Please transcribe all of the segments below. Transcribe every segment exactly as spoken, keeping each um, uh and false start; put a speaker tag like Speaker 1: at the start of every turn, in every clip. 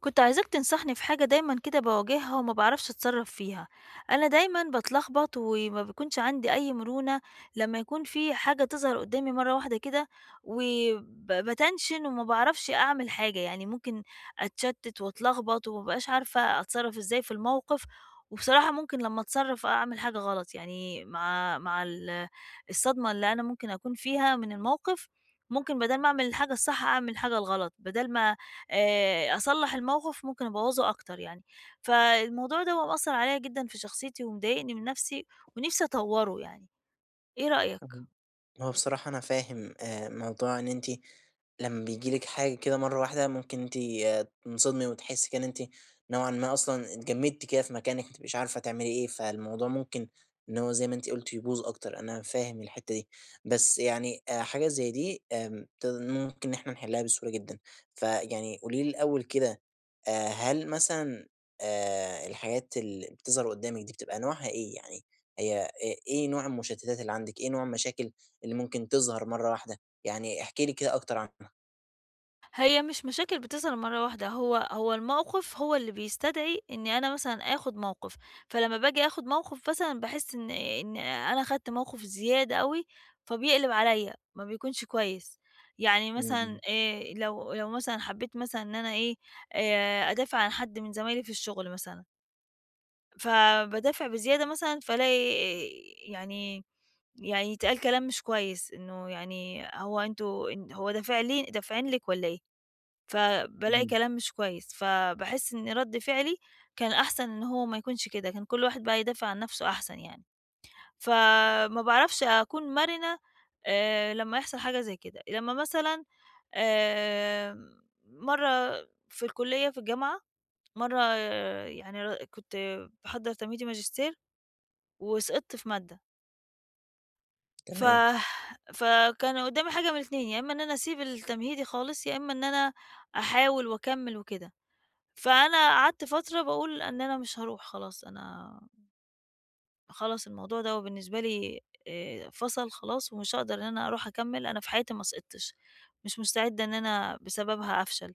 Speaker 1: كنت عايزاك تنصحني في حاجة دايمًا كده باواجهها وما باعرفش أتصرّف فيها، أنا دايمًا باتلخبط وما بيكونش عندي أي مرونة لمّا يكون في حاجة تظهر قدّامي مرّة واحدة كده وب باتنشن وما باعرفش أعمل حاجة، يعني ممكن أتشتت وأتلخبط وما ابقاش عارفة أتصرّف إزاي في الموقف، وبصراحة ممكن لمّا أتصرّف أعمل حاجة غلط، يعني مع مع ال الصدمة اللي أنا ممكن أكون فيها من الموقف، ممكن بدال ما أعمل الحاجة الصح أعمل الحاجة الغلط، بدال ما آآ أصلّح الموقف ممكن أبوّظه أكتر يعني، فالموضوع ده بقى مأثّر عليَّ جدًا في شخصيتي ومضايقني من نفسي، ونفسي أطوّره يعني، إيه
Speaker 2: تمام.
Speaker 1: رأيك؟
Speaker 2: هو بصراحة أنا فاهم آآ موضوع إن أنتِ لمّا بييجي لِك حاجة كده مرّة واحدة ممكن أنتِ آه، تنصدمي وتحسّي كده إن أنتِ نوعًا ما أصلًا اتجمدتِ كده في مكانِك، ما تبقيش عارفة تعملي إيه، فالموضوع ممكن إن هو زي ما أنتِ قُلتِ يبوظ أكتر، أنا فاهم الحتّة دي. بس يعني آآ حاجة زي دي آمم ت ممكن إن إحنا نحلّها بسهولة جدًا. فيعني قولي لي الأول كده، آآ هل مثلًا آآ الحاجات اللي بتظهر قدّامِك دي بتبقى نوعها إيه؟ يعني هي إ إيه نوع المشتتات اللي عندِك، إيه نوع المشاكل اللي ممكن تظهر مرّة واحدة، يعني احكِ لي كده أكتر عنها.
Speaker 1: هي مش مشاكل بتظهر مرّة واحدة، هو هو الموقف هو اللي بيستدعي إني أنا مثلًا آخُد موقف، فلمّا باجي آخُد موقف مثلًا باحس إن إن أنا خدت موقف زيادة أوي، فبيقلب عليَّ، ما بيكونش كويس. يعني مثلًا
Speaker 2: إمم،
Speaker 1: آآ لو لو مثلًا حبّيت مثلًا إن أنا إيه، آآ أدافع عن حد من زمايلي في الشغل مثلًا، فبادافع بزيادة مثلًا، فالاقي يعني يعني يتقال كلام مش كويس، إنه يعني هو أنتم إن هو دافع لي دافعين لِك والّا إيه؟ فبالاقي
Speaker 2: إمم.
Speaker 1: كلام مش كويس، فباحس إن رد فعلي كان أحسن إن هو ما يكونش كده، كان كل واحد بقى يدافع عن نفسه أحسن يعني. فما باعرفش أكون مرنة آآ، لمّا يحصل حاجة زي كده. لمّا مثلًا آمم، مرّة في الكلية في الجامعة، مرّة آه، يعني ر كنت باحضّر تنميتي ماجستير وسقطت في مادة، ف
Speaker 2: تمام،
Speaker 1: فكان قدامي حاجة من الاتنين، يا إما إن أنا أسيب التمهيدي خالص، يا إما إن أنا أحاول وأكمّل وكده. فأنا قعدت فترة باقول إن أنا مش هاروح خلاص، أنا خلاص الموضوع دوّة بالنسبة لي آآ فَصَل خلاص ومش هاقدر إن أنا أروح أكمّل، أنا في حياتي ما سقطتش، مش مستعدة إن أنا بسببها أفشل.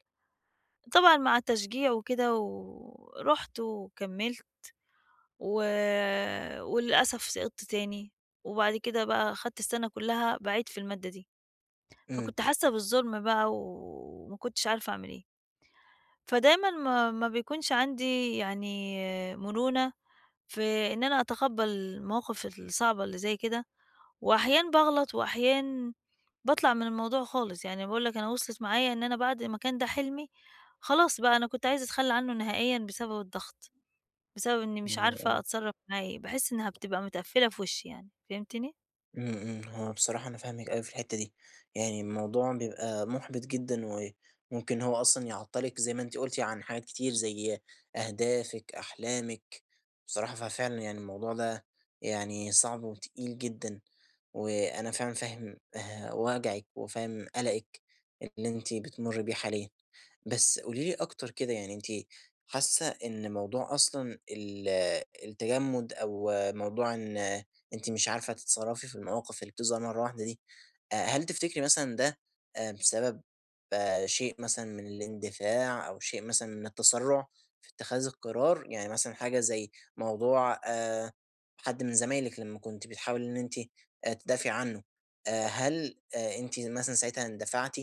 Speaker 1: طبعًا مع التشجيع وكده ورُحت وكمّلت. و وللأسف سقطت تاني، وبعد كده بقى أخدت السنة كلّها باعيد في المادة دي،
Speaker 2: إمم.
Speaker 1: فكنت حاسة بالظلم بقى وما كنتش عارفة أعمل إيه. فدايمًا ما ما بيكونش عندي يعني مرونة في إن أنا أتقبّل المواقف الصعبة اللي زي كده، وأحيان باغلط وأحيان باطلع من الموضوع خالص، يعني باقول لك أنا وصلت معايا إن أنا بعد ما كان ده حلمي، خلاص بقى أنا كنت عايزة أتخلّى عنّه نهائيًا بسبب الضغط. بسبب إني مش عارفة أتصرّف معاه إيه، باحس إنها بتبقى متقفّلة في وشّي يعني، فهمتني؟
Speaker 2: إمم، إمم، هو بصراحة أنا فاهمِك أوي في الحتّة دي، يعني الموضوع بيبقى مُحبِط جدًا، وممكن هو أصلًا يعطّلِك زي ما أنتِ قُلتِ عن حاجات كتير زي أهدافِك، أحلامِك، بصراحة ففعلًا يعني الموضوع ده يعني صعب وتقيل جدًا، وأنا فعلًا فاهم آآ وجعِك وفاهم قلقِك اللي أنتِ بتمُرّي بيه حاليًا، بس قولي لي أكتر كده، يعني أنتِ حاسة إن موضوع أصلًا ال التجمُّد أو موضوع إن أنتِ مش عارفة تتصرّفي في المواقف اللي بتظهر مرّة واحدة دي. آآ هل تفتكري مثلًا ده آآ بسبب آه، شيء مثلًا من الاندفاع أو شيء مثلًا من التسرُّع في اتخاذ القرار؟ يعني مثلًا حاجة زي موضوع آآ حد من زمايلِك لمّا كنتِ بتحاولي إن أنتِ آآ تدافعي عنّه، آآ هل آآ أنتِ مثلًا ساعتها اندفعتِ؟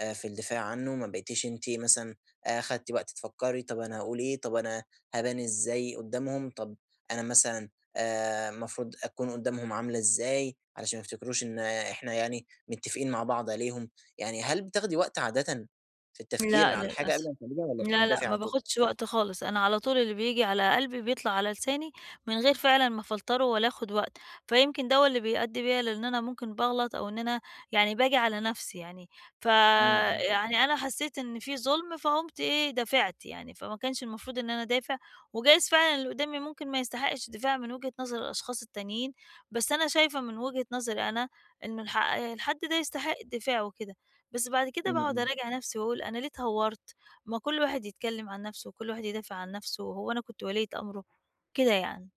Speaker 2: آآ في الدفاع عنه، ما بقيتيش أنتِ مثلًا آآ خدتِ وقت تفكّري، طَب أنا هاقول إيه، طَب أنا هابان إزاي قُدّامهم، طَب أنا مثلًا آآ المفروض أكون قُدّامهم عاملة إزاي علشان ما يفتكروش إن إحنا يعني متّفقين مع بعض عليهم، يعني هل بتاخدي وقت عادةً في التفكير
Speaker 1: لأ
Speaker 2: على الحاجة قبل
Speaker 1: للأسف.
Speaker 2: ما تعمليها والّا
Speaker 1: لا، لأ،
Speaker 2: بتندفعي
Speaker 1: ما
Speaker 2: على طول؟
Speaker 1: باخدش وقت خالص، أنا على طول اللي بييجي على قلبي بيطلع على لساني من غير فعلًا ما أفلتره ولا آخد وقت، فيمكن دوّة اللي بيؤدي بيّا لإن أنا ممكن باغلط أو إن أنا يعني باجي على نفسي يعني، ف
Speaker 2: إمم، إمم،
Speaker 1: يعني أنا حسيت إن في ظلم فقُمت إيه، دافعت يعني، فما كانش المفروض إن أنا أدافع، وجايز فعلًا اللي قدامي ممكن ما يستحقش الدفاع من وجهة نظر الأشخاص التانيين، بس أنا شايفة من وجهة نظري أنا إنه الح الحد ده يستحق الدفاع وكده، بس بعد كده
Speaker 2: إمم،
Speaker 1: باقعد
Speaker 2: إمم.
Speaker 1: أراجع نفسي وأقول أنا ليه اتهورت؟ ما كل واحد يتكلم عن نفسه، وكل واحد يدافع عن نفسه، هو أنا كنت ولية أمره، كده يعني.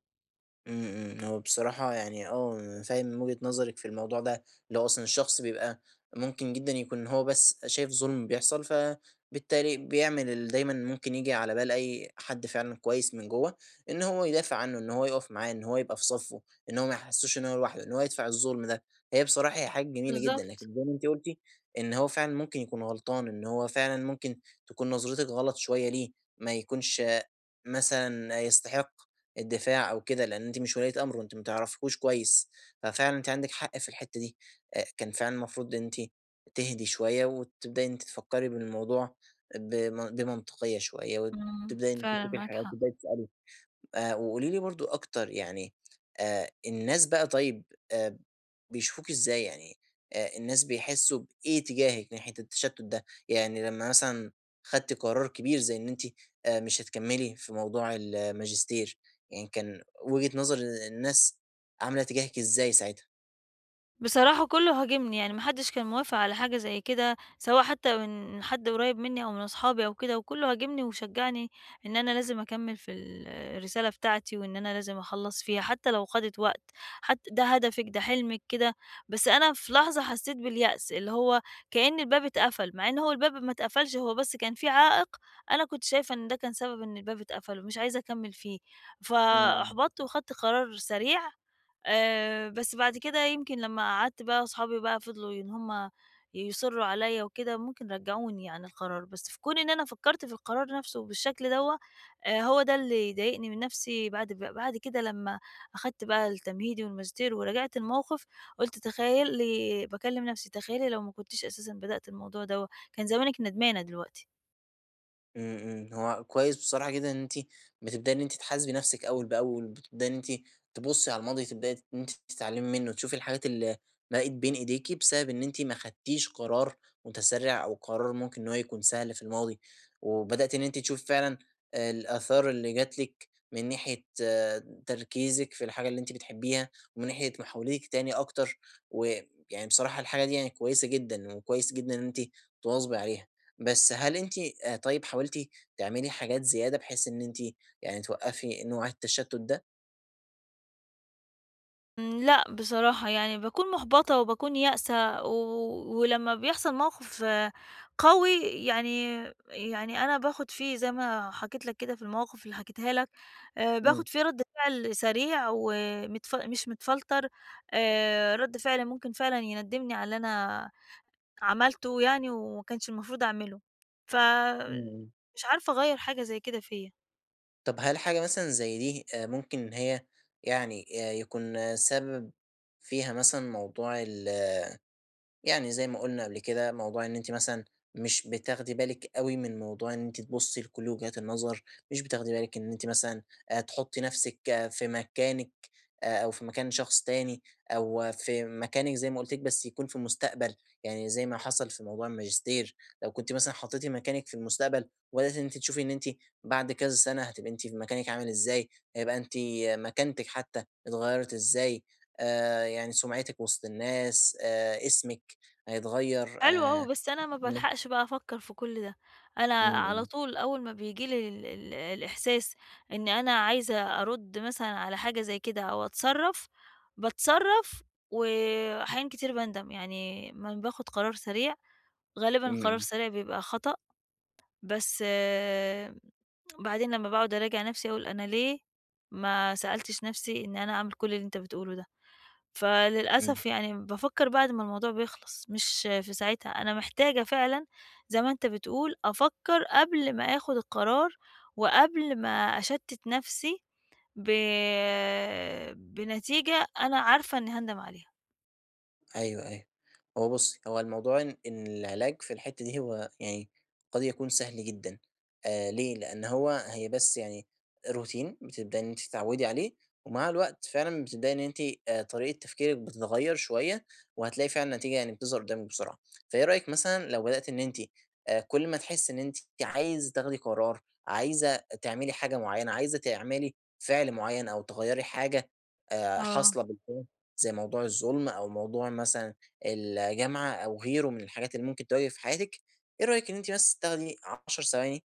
Speaker 2: إمم، إمم، هو بصراحة يعني آه، أنا فاهم من وجهة نظرِك في الموضوع ده، اللي هو أصلًا الشخص بيبقى ممكن جدًا يكون هو بس شايف ظلم بيحصل، فبالتالي بيعمل اللي دايمًا ممكن ييجي على بال أي حد فعلًا كويس من جوّه، إن هو يدافع عنه، إن هو يقف معاه، إن هو يبقى في صفّه، إن هو ما يحسّسوش إن هو لوحده، إن هو يدفع الظلم ده. هي بصراحة هي حاجة جميلة جدًا،
Speaker 1: بالضبط.
Speaker 2: لكن زي ما أنتِ قُلتِ إن هو فعلًا ممكن يكون غلطان، إن هو فعلًا ممكن تكون نظرتِك غلط شوية ليه، ما يكونش مثلًا يستحق الدفاع أو كده، لإن أنتِ مش ولية أمره، أنتِ ما تعرفيهوش كويس، ففعلًا أنتِ عندِك حق في الحتّة دي، آآ كان فعلًا المفروض ان أنتِ تهدي شوية وتبدئي إن أنتِ تفكّري بالموضوع بم بمنطقية شوية،
Speaker 1: إمم،
Speaker 2: وتبدئي إن أنتِ
Speaker 1: فعلًا
Speaker 2: تشوفي
Speaker 1: معاك
Speaker 2: الحياة،
Speaker 1: حق.
Speaker 2: تبدئي تسألي. آآ وقولي لي برضه أكتر، يعني آآ الناس بقى، طيب آآ بيشوفوكِ إزاي؟ يعني آآ الناس بيحسّوا بإيه تجاهِك ناحية التشتُّت ده؟ يعني لمّا مثلًا خدتِ قرار كبير زي إن أنتِ آآ مش هتكمّلي في موضوع الماجستير، يعني كان وجهة نظر الناس عاملة تجاهِك إزاي ساعتها؟
Speaker 1: بصراحة كله هاجمني، يعني ما حدش كان موافق على حاجة زي كده، سواء حتى من حد قريب مني أو من أصحابي أو كده، وكله هاجمني وشجعني إن أنا لازم أكمّل في ال آه، الرسالة بتاعتي وإن أنا لازم أخلّص فيها، حتى لو خدت وقت، حت ده هدفِك، ده حلمِك كده، بس أنا في لحظة حسّيت باليأس، اللي هو كإن الباب اتقفل، مع إن هو الباب ما اتقفلش، هو بس كان في عائق أنا كنت شايفة إن ده كان سبب إن الباب اتقفل ومش عايزة أكمّل فيه،
Speaker 2: إمم.
Speaker 1: فأُحبطت وخدت قرار سريع آآ، بس بعد كده يمكن لمّا قعدت بقى أصحابي بقى فضلوا إن هم يصرّوا عليَّ وكده، ممكن رجعوني عن القرار، بس في كون إن أنا فكرت في القرار نفسه بالشكل دوّة، آآ، هو ده اللي ضايقني من نفسي بعد ب بعد كده لمّا أخدت بقى التمهيدي والماجستير وراجعت الموقف، قُلت تخيلي باكلم نفسي، تخيلي لو ما كنتش أساسًا بدأت الموضوع دوّة، كان زمانِك ندمانة دلوقتي.
Speaker 2: إمم، إمم، هو كويس بصراحة جدًا إن أنتِ بتبدئي إن أنتِ تحاسبي نفسِك أول بأول، بتبدئي إن أنتِ تبُصّي على الماضي، تبدئي إن أنتِ تتعلمي منه، تشوفي الحاجات اللي بقت بين إيديكِ بسبب إن أنتِ ما خدتيش قرار متسرع أو قرار ممكن إن هو يكون سهل في الماضي، وبدأتِ إن أنتِ تشوفي فعلًا الآثار اللي جات لِك من ناحية آه، تركيزِك في الحاجة اللي أنتِ بتحبيها، ومن ناحية محاولتِك تاني أكتر، ويعني بصراحة الحاجة دي يعني كويسة جدًا، وكويس جدًا إن أنتِ تواظبي عليها. بس هل أنتِ آآ طيب حاولتِ تعملي حاجات زيادة بحيث إن أنتِ يعني توقّفي نوع التشتُّت ده؟
Speaker 1: إمم، لأ بصراحة يعني باكون مُحبطة وباكون يائسة، و ولمّا بيحصل موقف آه، قوي يعني يعني أنا باخد فيه زي ما حكيت لك كده في المواقف اللي حكيتها لك، آآ
Speaker 2: إمم،
Speaker 1: باخد فيه رَد فعل سريع ومتف مش متفلتر، آآ رَد فعل ممكن فعلًا يندّمني على اللي أنا عملته يعني وما كانش المفروض أعمله، ف
Speaker 2: إمم، إمم.
Speaker 1: مش عارفة أغيّر حاجة زي كده فيّا.
Speaker 2: طب هل حاجة مثلًا زي دي آآ ممكن إن هي يعني آآ يكون آه، سبب فيها مثلًا موضوع ال يعني زي ما قُلنا قبل كده، موضوع إن أنتِ مثلًا مش بتاخدي بالِك أوي من موضوع إن أنتِ تبُصّي لكل وجهات النظر، مش بتاخدي بالِك إن أنتِ مثلًا آآ تحُطّي نَفْسِك آه، في مكانِك آآ أو في مكان شخص تاني أو آه، في مكانِك زي ما قُلت لِك بس يكون في المستقبل، يعني زي ما حصل في موضوع الماجستير، لو كنتِ مثلًا حطّيتِ مكانِك في المستقبل وبدأتِ إن أنتِ تشوفي إن أنتِ بعد كذا سَنة هتبقي أنتِ في مكانِك عامل إزاي، هيبقى أنتِ آه، مكانتِك حتّى اتغيّرت إزاي، آآ يعني سُمعتِك وسط الناس، آآ اسمِك، هيتغيّر
Speaker 1: حلو
Speaker 2: آآ
Speaker 1: أوي، بس أنا ما
Speaker 2: إمم،
Speaker 1: بالحقش بقى أفكّر في كل ده، أنا على
Speaker 2: إمم،
Speaker 1: طول أول ما بييجي لي ال ال الإحساس إن أنا عايزة أرُدّ مثلًا على حاجة زي كده أو أتصرّف، باتصرّف وأحيانًا كتير باندم، يعني أمّا باخُد قرار سريع، غالبًا القرار
Speaker 2: إمم،
Speaker 1: السريع بيبقى خطأ، بس آه، بعدين لمّا باقعُد أراجع نَفْسي أقول أنا ليه ما سألتش نَفْسي إن أنا أعمل كل اللي أنت بتقوله ده.
Speaker 2: إمم.
Speaker 1: فللأسف يعني بافكّر بعد ما الموضوع بيخلص، مش في ساعتها، أنا محتاجة فعلًا زي ما أنت بتقول أفكّر قبل ما آخُد القرار، وقبل ما أشتِّت نَفْسي ب بنتيجة أنا عارفة إنّي هاندم عليها.
Speaker 2: أيوه، أيوه. هو بُصّي، هو الموضوع إن إن العلاج في الحتّة دي هو يعني قد يكون سهل جدًا، آآ ليه؟ لإن هو هي بس يعني روتين بتبدئي إن أنتِ تتعوّدي عليه، ومع الوقت فعلًا بتبدئي إن أنتِ آآ طريقة تفكيرِك بتتغيّر شوية، وهتلاقي فعلًا نتيجة يعني بتظهر قدّامِك بسرعة. فإيه رأيِك مثلًا لو بدأتِ إن أنتِ آآ كل ما تحسّي إن أنتِ عايزة تاخدي قرار، عايزة تعملي حاجة معيّنة، عايزة تعملي فعل معيّن أو تغيّري حاجة آآ
Speaker 1: آه.
Speaker 2: حاصلة بالفعل زي موضوع الظلم أو موضوع مثلًا الجامعة أو غيره من الحاجات اللي ممكن تواجهِك في حياتِك، إيه رأيِك إن أنتِ بس تاخدي عشر ثواني،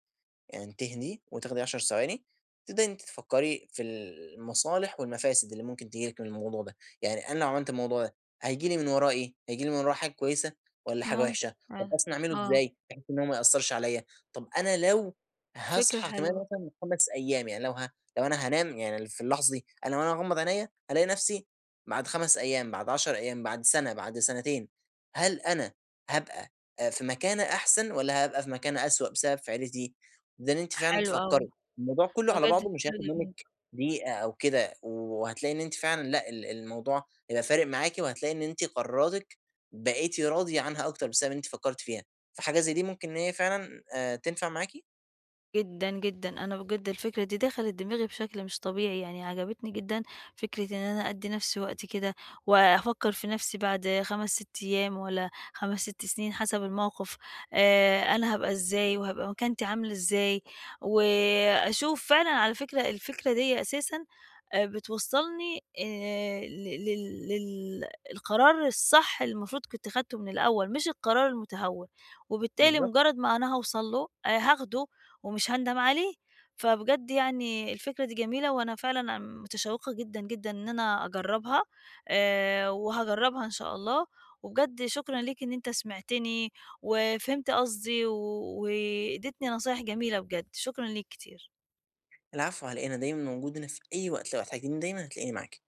Speaker 2: يعني تهدي وتاخدي عشر ثواني، تبدئي إن أنتِ تفكّري في المصالح والمفاسد اللي ممكن تيجي لِك من الموضوع ده، يعني أنا لو عملت الموضوع ده هييجي لي من وراه إيه؟ هييجي لي من وراه حاجة كويسة والّا حاجة
Speaker 1: ممكن
Speaker 2: وحشة؟ طب
Speaker 1: فعلًا.
Speaker 2: أصلًا أعمله
Speaker 1: آه.
Speaker 2: إزاي بحيث إن هو ما يأثّرش عليَّ؟ طب أنا لو
Speaker 1: فكرة
Speaker 2: هاصحى كمان
Speaker 1: حلوة،
Speaker 2: مثلًا خمس أيام، يعني لو ه لو أنا هانام يعني في اللحظة دي، أنا وأنا هاغمض عينيّا هالاقي نفسي بعد خمس أيام، بعد عشر أيام، بعد سنة، بعد سنتين، هل أنا هابقى آآ في مكانة أحسن والّا هابقى في مكانة أسوأ بسبب فعلتي دي؟ ده إن أنتِ فعلًا
Speaker 1: حلو أوي،
Speaker 2: تفكّري، الموضوع كلّه على
Speaker 1: بجد
Speaker 2: بعضه مش
Speaker 1: فكرة
Speaker 2: هياخد
Speaker 1: جميلة.
Speaker 2: منِّك دقيقة أو كده، وهتلاقي إن أنتِ فعلًا لأ، ال الموضوع هيبقى فارق معاكِ، وهتلاقي إن أنتِ قراراتِك بقيتِ راضية عنها أكتر بسبب إن أنتِ فكّرتِ فيها، فحاجة زي دي ممكن إن هي فعلًا آآ تنفع معاكِ؟
Speaker 1: جدًا، جدًا، أنا بجد الفكرة دي دخلت دماغي بشكل مش طبيعي، يعني عجبتني جدًا فكرة إن أنا أدّي نفسي وقت كده، وأفكّر في نفسي بعد خمس، ست أيام والّا خمس، ست سنين حسب الموقف، آآ أنا هابقى إزاي وهابقى مكانتي عاملة إزاي، وأشوف فعلًا على فكرة الفكرة دي أساسًا آآ بتوصّلني آآ ل لل لل القرار الصح اللي المفروض كنت خدته من الأول، مش القرار المتهور، وبالتالي
Speaker 2: بالضبط.
Speaker 1: مجرّد ما أنا هاوصل له آآ هاخده ومش هاندم عليه. فبجد يعني الفكرة دي جميلة، وأنا فعلًا متشوقة جدًا، جدًا إن أنا أجرّبها، آآ وهاجرّبها إن شاء الله، وبجد شكرًا ليك إن أنت سمعتني وفهمت قصدي و واديتني نصايح جميلة بجد، شكرًا ليك كتير.
Speaker 2: العفو على إيه، أنا دايمًا موجود هنا في أي وقت، لو احتجتيني دايمًا هتلاقيني معاكِ.